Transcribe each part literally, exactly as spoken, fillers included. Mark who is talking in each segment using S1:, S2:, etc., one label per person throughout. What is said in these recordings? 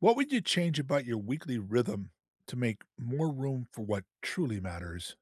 S1: What would you change about your weekly rhythm to make more room for what truly matters?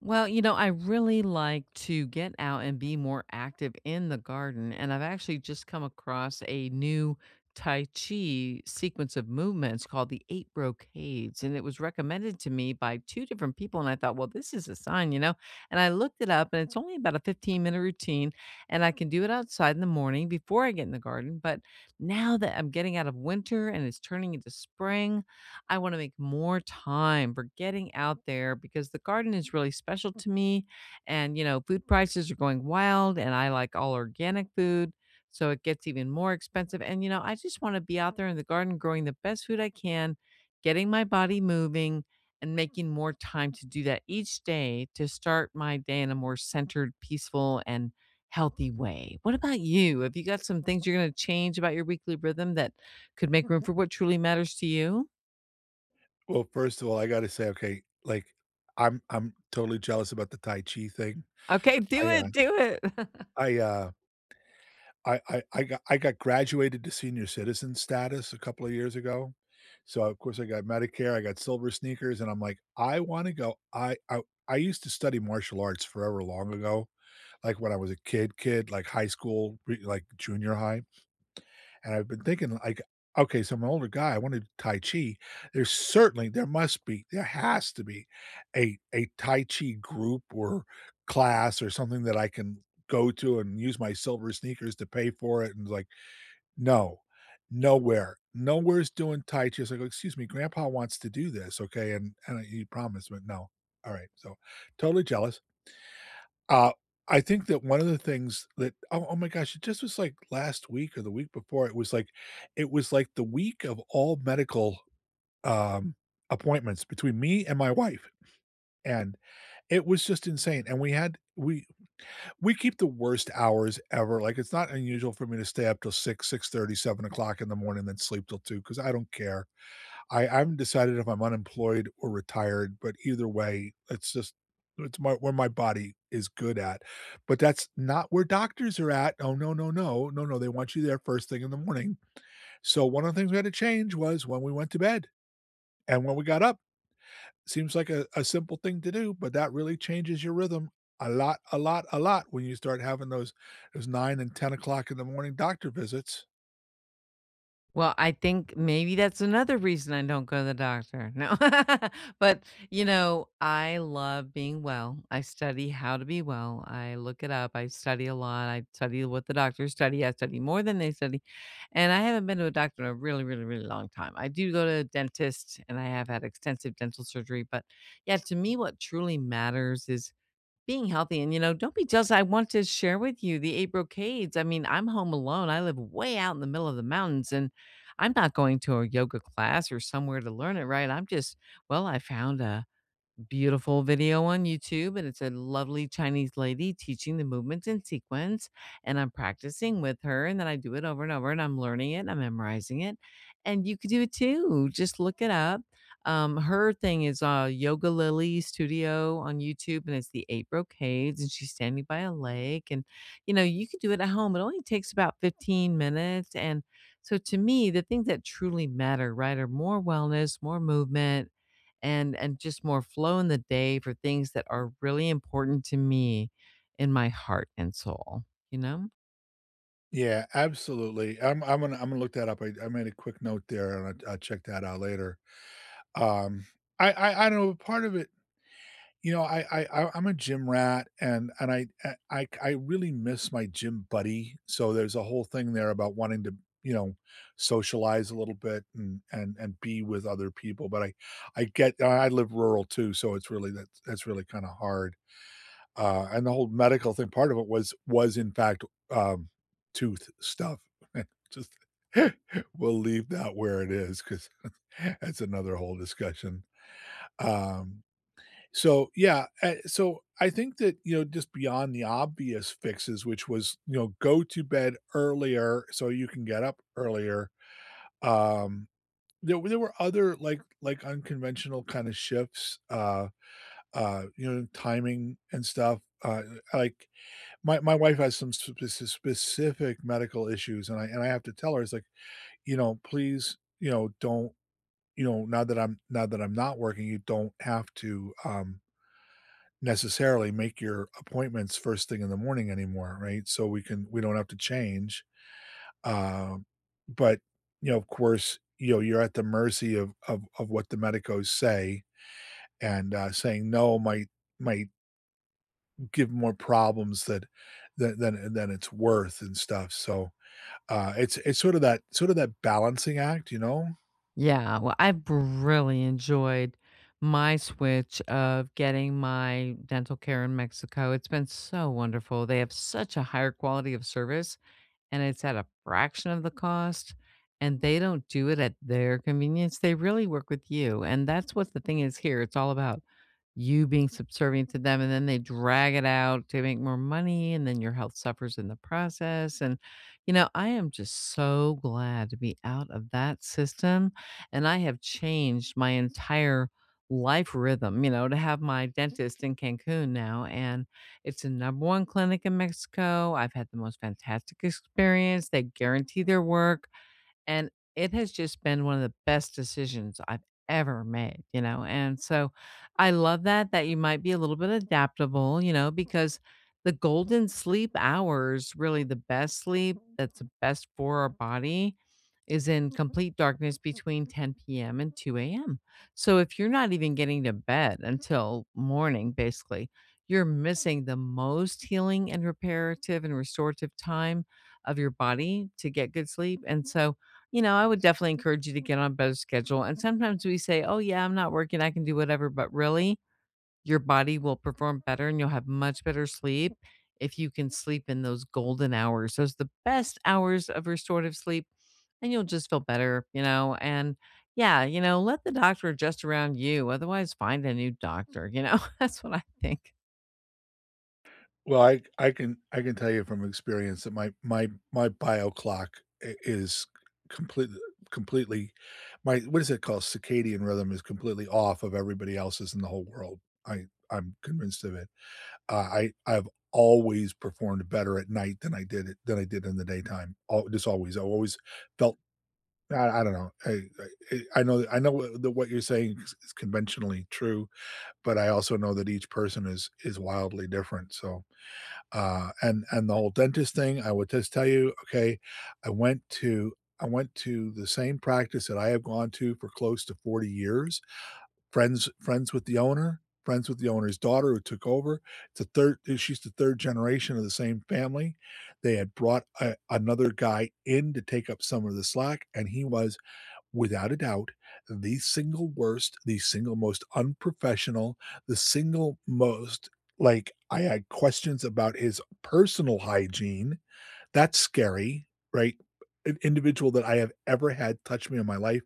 S2: Well, you know, I really like to get out and be more active in the garden. And I've actually just come across a new Tai Chi sequence of movements called the Eight Brocades. And it was recommended to me by two different people. And I thought, well, this is a sign, you know? And I looked it up and it's only about a fifteen minute routine. And I can do it outside in the morning before I get in the garden. But now that I'm getting out of winter and it's turning into spring, I want to make more time for getting out there because the garden is really special to me. And, you know, food prices are going wild and I like all organic food. So it gets even more expensive. And, you know, I just want to be out there in the garden growing the best food I can, getting my body moving and making more time to do that each day to start my day in a more centered, peaceful, and healthy way. What about you? Have you got some things you're going to change about your weekly rhythm that could make room for what truly matters to you?
S1: Well, first of all, I gotta say, okay, like, I'm I'm totally jealous about the Tai Chi thing.
S2: Okay,
S1: I,
S2: do
S1: uh
S2: it, do it.
S1: I, uh I I I got I got graduated to senior citizen status a couple of years ago. So, of course, I got Medicare, I got silver sneakers, and I'm like, "I wanna go." I I I used to study martial arts forever long ago, like, when I was a kid kid, like high school, re like junior high. And I've been thinking like, okay, so I'm an older guy, I wanna do tai chi. There's certainly there must be, there has to be a a tai chi group or class or something that I can go to and use my silver sneakers to pay for it, and like, no, nowhere, nowhere's doing tai chi. So I go, "Excuse me, grandpa wants to do this, okay?" And and he promised, but no. All right, so totally jealous. Uh, I think that one of the things that oh, oh my gosh, it just was like last week or the week before, it was like it was like the week of all medical, um, appointments between me and my wife, and it was just insane, and we had we we keep the worst hours ever, like, it's not unusual for me to stay up till six, six thirty, seven o'clock in the morning, then sleep till two because I don't care. I I haven't decided if I'm unemployed or retired, but either way, it's just it's my where my body is good at. But that's not where doctors are at. Oh no, no, no, no, no. They want you there first thing in the morning. So one of the things we had to change was when we went to bed and when we got up. Seems like a, a simple thing to do, but that really changes your rhythm a lot, a lot, a lot when you start having those those nine and ten o'clock in the morning doctor visits.
S2: Well, I think maybe that's another reason I don't go to the doctor. No. But, you know, I love being well. I study how to be well. I look it up. I study a lot. I study what the doctors study. I study more than they study. And I haven't been to a doctor in a really, really, really long time. I do go to a dentist and I have had extensive dental surgery. But yeah, to me, what truly matters is being healthy. And, you know, don't be jealous, I want to share with you the eight brocades. I mean, I'm home alone, I live way out in the middle of the mountains, and I'm not going to a yoga class or somewhere to learn it, right? I'm just, well, I found a beautiful video on YouTube, and it's a lovely Chinese lady teaching the movements in sequence. And I'm practicing with her, and then I do it over and over, and I'm learning it, I'm memorizing it. And you could do it too. Just look it up. Um, her thing is uh, Yoga Lily Studio on YouTube, and it's the eight brocades, and she's standing by a lake. And you know, you could do it at home. It only takes about fifteen minutes. And so, to me, the things that truly matter, right, are more wellness, more movement, and and just more flow in the day for things that are really important to me in my heart and soul, you know?
S1: Yeah, absolutely. I'm I'm gonna I'm gonna look that up. I, I made a quick note there, and I, I'll check that out later. Um, I, I I don't know. Part of it, you know, I I I- I'm a gym rat, and and I I I I really miss my gym buddy. So there's a whole thing there about wanting to you know socialize a little bit and and and be with other people. But I I get I live rural too, so it's really that that's that's really kind of hard. Uh, and the whole medical thing, part of it was was in fact, um, tooth stuff. Just we'll leave that where it is because that's another whole discussion. Um, so yeah, eh, so I think that, you know, just beyond the obvious fixes, which was, you know, go to bed earlier so you can get up earlier. Um, there were there were other like like unconventional kind of shifts, uh, uh, you know, timing and stuff. Uh, like my my wife has some sp specific medical issues, and I and I have to tell her, it's like, you know, "Please, you know, don't, you know, now that I'm now that I'm not working, you don't have to, um, necessarily make your appointments first thing in the morning anymore, right? So we can we don't have to change." Um, but, you know, of course, you know, you're at the mercy of of of what the medicos say, and, uh, saying no might might give more problems that than than than it's worth and stuff, so, Uh, it's it's sort of that sort of that balancing act, you know.
S2: Yeah, well, I've really enjoyed my switch of getting my dental care in Mexico. It's been so wonderful. They have such a higher quality of service and it's at a fraction of the cost, and they don't do it at their convenience. They really work with you, and that's what the thing is here. It's all about you being subservient to them, and then they drag it out to make more money, and then your health suffers in the process. And, you know, I am just so glad to be out of that system, and I have changed my entire life rhythm, you know, to have my dentist in Cancun now, and it's the number one clinic in Mexico. I've had the most fantastic experience. They guarantee their work. And it has just been one of the best decisions I've ever made, you know? And so I love that, that you might be a little bit adaptable, you know, because the golden sleep hours, really the best sleep that's the best for our body is in complete darkness between ten p m and two a m. So if you're not even getting to bed until morning, basically, you're missing the most healing and reparative and restorative time of your body to get good sleep. And so you know, I would definitely encourage you to get on a better schedule, and sometimes we say, "Oh, yeah, I'm not working, I can do whatever," but really, your body will perform better and you'll have much better sleep if you can sleep in those golden hours. Those the best hours of restorative sleep, and you'll just feel better, you know, and yeah, you know, let the doctor adjust around you, otherwise find a new doctor, you know? That's what I think.
S1: Well, I I can I can tell you from experience that my my my bio clock i- is completely completely my, what is it called, circadian rhythm, is completely off of everybody else's in the whole world. I I'm convinced of it. Uh, I I've always performed better at night than I did it than I did in the daytime. All, just always I always felt, I, I don't know. I, I I know I know what- that what you're saying is is conventionally true, but I also know that each person is is wildly different. So, uh, and and the whole dentist thing, I would just tell you, okay, I went to I went to the same practice that I have gone to for close to forty years. Friends friends with the owner, friends with the owner's daughter who took over. It's a third She's the third generation of the same family. They had brought a, another guy in to take up some of the slack and he was, without a doubt, the single worst, the single most unprofessional, the single most, like, I had questions about his personal hygiene. That's scary, right? An individual that I have ever had touch me in my life,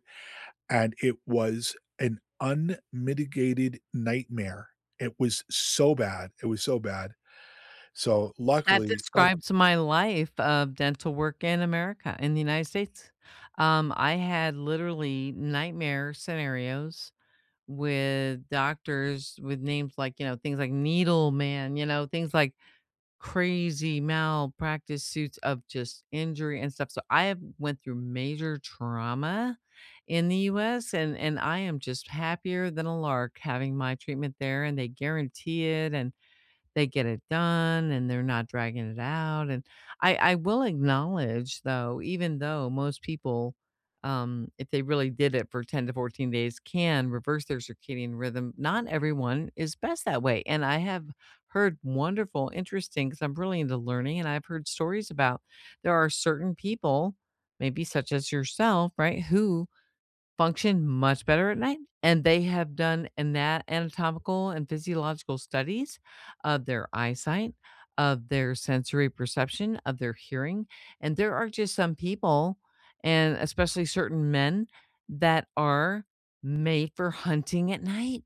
S1: and it was an unmitigated nightmare. It was so bad. It was so bad. So
S2: That
S1: luckily, like,
S2: describes my life of dental work in America, in the United States. Um, I had literally nightmare scenarios with doctors with names like, you know, things like needle man, you know, things like crazy malpractice suits of just injury and stuff. So I have went through major trauma in the U S, and and I am just happier than a lark having my treatment there and they guarantee it and they get it done and they're not dragging it out. And I, I will acknowledge, though, even though most people, um, if they really did it for ten to fourteen days, can reverse their circadian rhythm, not everyone is best that way. And I have heard wonderful, interesting, because I'm really into learning, and I've heard stories about there are certain people, maybe such as yourself, right, who function much better at night, and they have done ana anatomical and physiological studies of their eyesight, of their sensory perception, of their hearing, and there are just some people, and especially certain men, that are made for hunting at night,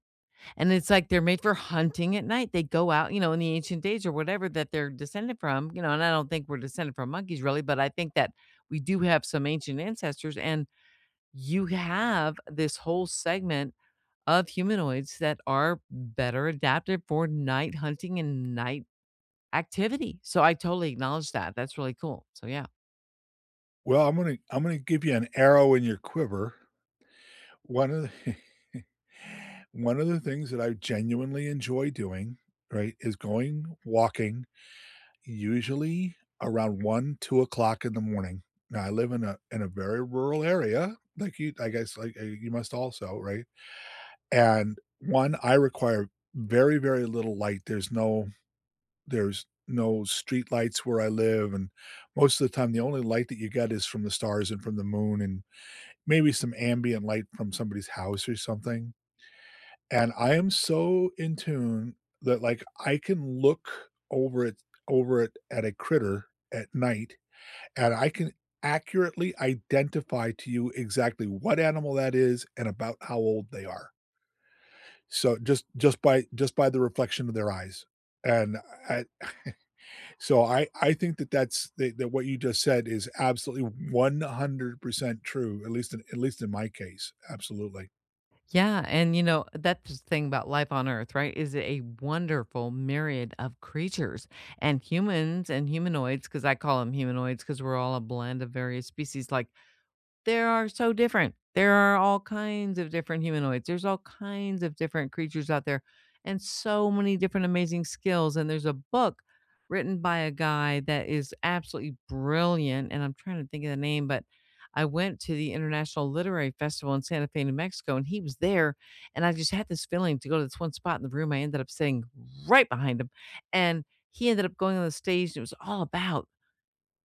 S2: and it's like they're made for hunting at night. They go out, you know, in the ancient days or whatever that they're descended from, you know, and I don't think we're descended from monkeys really, but I think that we do have some ancient ancestors, and you have this whole segment of humanoids that are better adapted for night hunting and night activity. So I totally acknowledge that. That's really cool. So yeah.
S1: well, I'm gonna I'm gonna give you an arrow in your quiver. One of the One of the things that I genuinely enjoy doing, right, is going walking, usually around one, two o'clock in the morning. Now, I live in a in a very rural area, like you I guess, like, uh, you must also, right? And one, I require very, very little light. There's no there's no street lights where I live, and most of the time, the only light that you get is from the stars and from the moon and maybe some ambient light from somebody's house or something. And I am so in tune that, like, I can look over it over it at a critter at night, and I can accurately identify to you exactly what animal that is and about how old they are. So just just by just by the reflection of their eyes. And I so I I think that that's that that what you just said is absolutely one hundred percent true, at least in at least in my case. Absolutely.
S2: Yeah, and you know, that's the thing about life on earth, right? Is a wonderful myriad of creatures and humans and humanoids cuz I call them humanoids cuz we're all a blend of various species, like, there are so different. There are all kinds of different humanoids. There's all kinds of different creatures out there and so many different amazing skills. And there's a book written by a guy that is absolutely brilliant. And I'm trying to think of the name, but I went to the International Literary Festival in Santa Fe, New Mexico, and he was there. And I just had this feeling to go to this one spot in the room. I ended up sitting right behind him. And he ended up going on the stage, and it was all about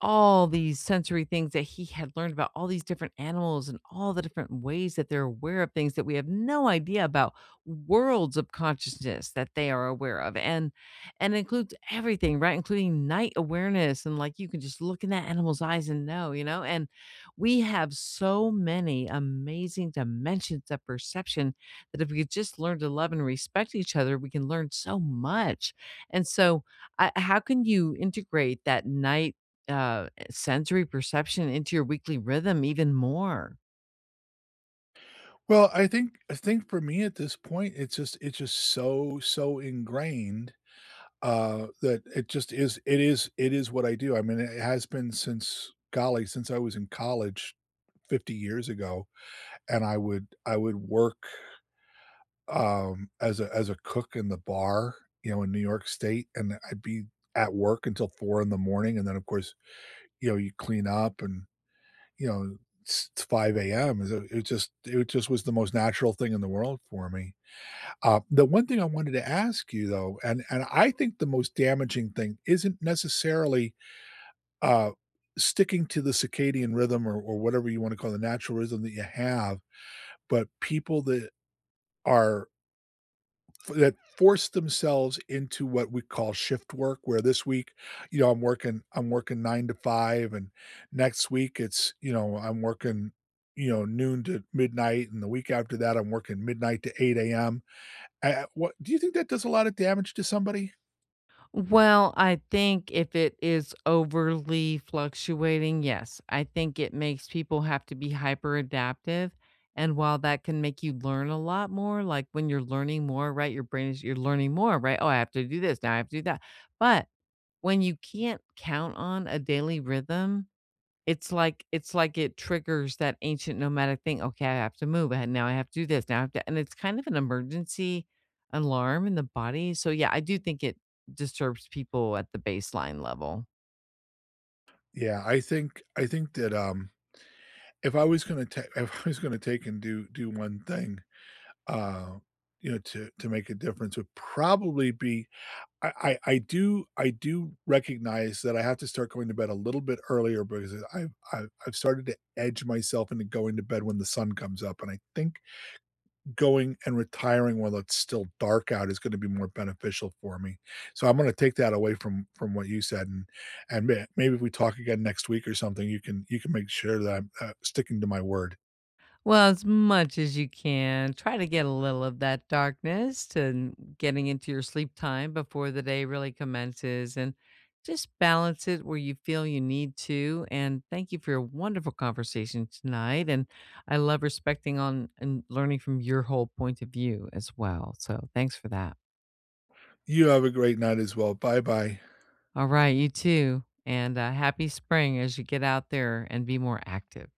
S2: all these sensory things that he had learned about all these different animals and all the different ways that they're aware of things that we have no idea about, worlds of consciousness that they are aware of, and and includes everything, right, including night awareness, and like you can just look in that animal's eyes and know, you know, and we have so many amazing dimensions of perception that if we could just learn to love and respect each other we can learn so much. And so, I, how can you integrate that night uh, sensory perception into your weekly rhythm even more?
S1: Well, I think I think for me at this point, it's just it's just so, so ingrained, uh, that it just is it is it is what I do. I mean, it has been since golly, since I was in college fifty years ago, and I would I would work, um, as a as a cook in the bar, you know, in New York State, and I'd be at work until four in the morning, and then, of course, you know, you clean up and, you know, it's it's five a m. It it just it just was the most natural thing in the world for me. Uh, the one thing I wanted to ask you though, and and I think the most damaging thing isn't necessarily, uh, sticking to the circadian rhythm or or whatever you wanna call the natural rhythm that you have, but people that are that force themselves into what we call shift work, where this week, you know, I'm working I'm working nine to five, and next week it's, you know, I'm working, you know, noon to midnight, and the week after that, I'm working midnight to eight a m. What do you think, that does a lot of damage to somebody?
S2: Well, I think if it is overly fluctuating, yes, I think it makes people have to be hyper adaptive. And while that can make you learn a lot more, like when you're learning more, right? Your brain is, you're learning more, right? Oh, I have to do this. Now I have to do that. But when you can't count on a daily rhythm, It's like it's like it triggers that ancient nomadic thing, "Okay, I have to move, and now I have to do this, now I have to," and it's kind of an emergency alarm in the body, so, yeah, I do think it disturbs people at the baseline level.
S1: Yeah, I think I think that, um, if I was gonna take if I was gonna take and do do one thing, uh, you know, to to make a difference would probably be, I I I do I do recognize that I have to start going to bed a little bit earlier because I've I've I've started to edge myself into going to bed when the sun comes up, and I think going and retiring while it's still dark out is gonna be more beneficial for me. So I'm gonna take that away from from what you said, and and may maybe if we talk again next week or something, you can you can make sure that I'm, uh, sticking to my word.
S2: Well, as much as you can, try to get a little of that darkness to getting into your sleep time before the day really commences and just balance it where you feel you need to. And thank you for your wonderful conversation tonight. And I love respecting on and learning from your whole point of view as well. So thanks for that.
S1: You have a great night as well. Bye-bye.
S2: All right. You too. And uh, happy spring as you get out there and be more active.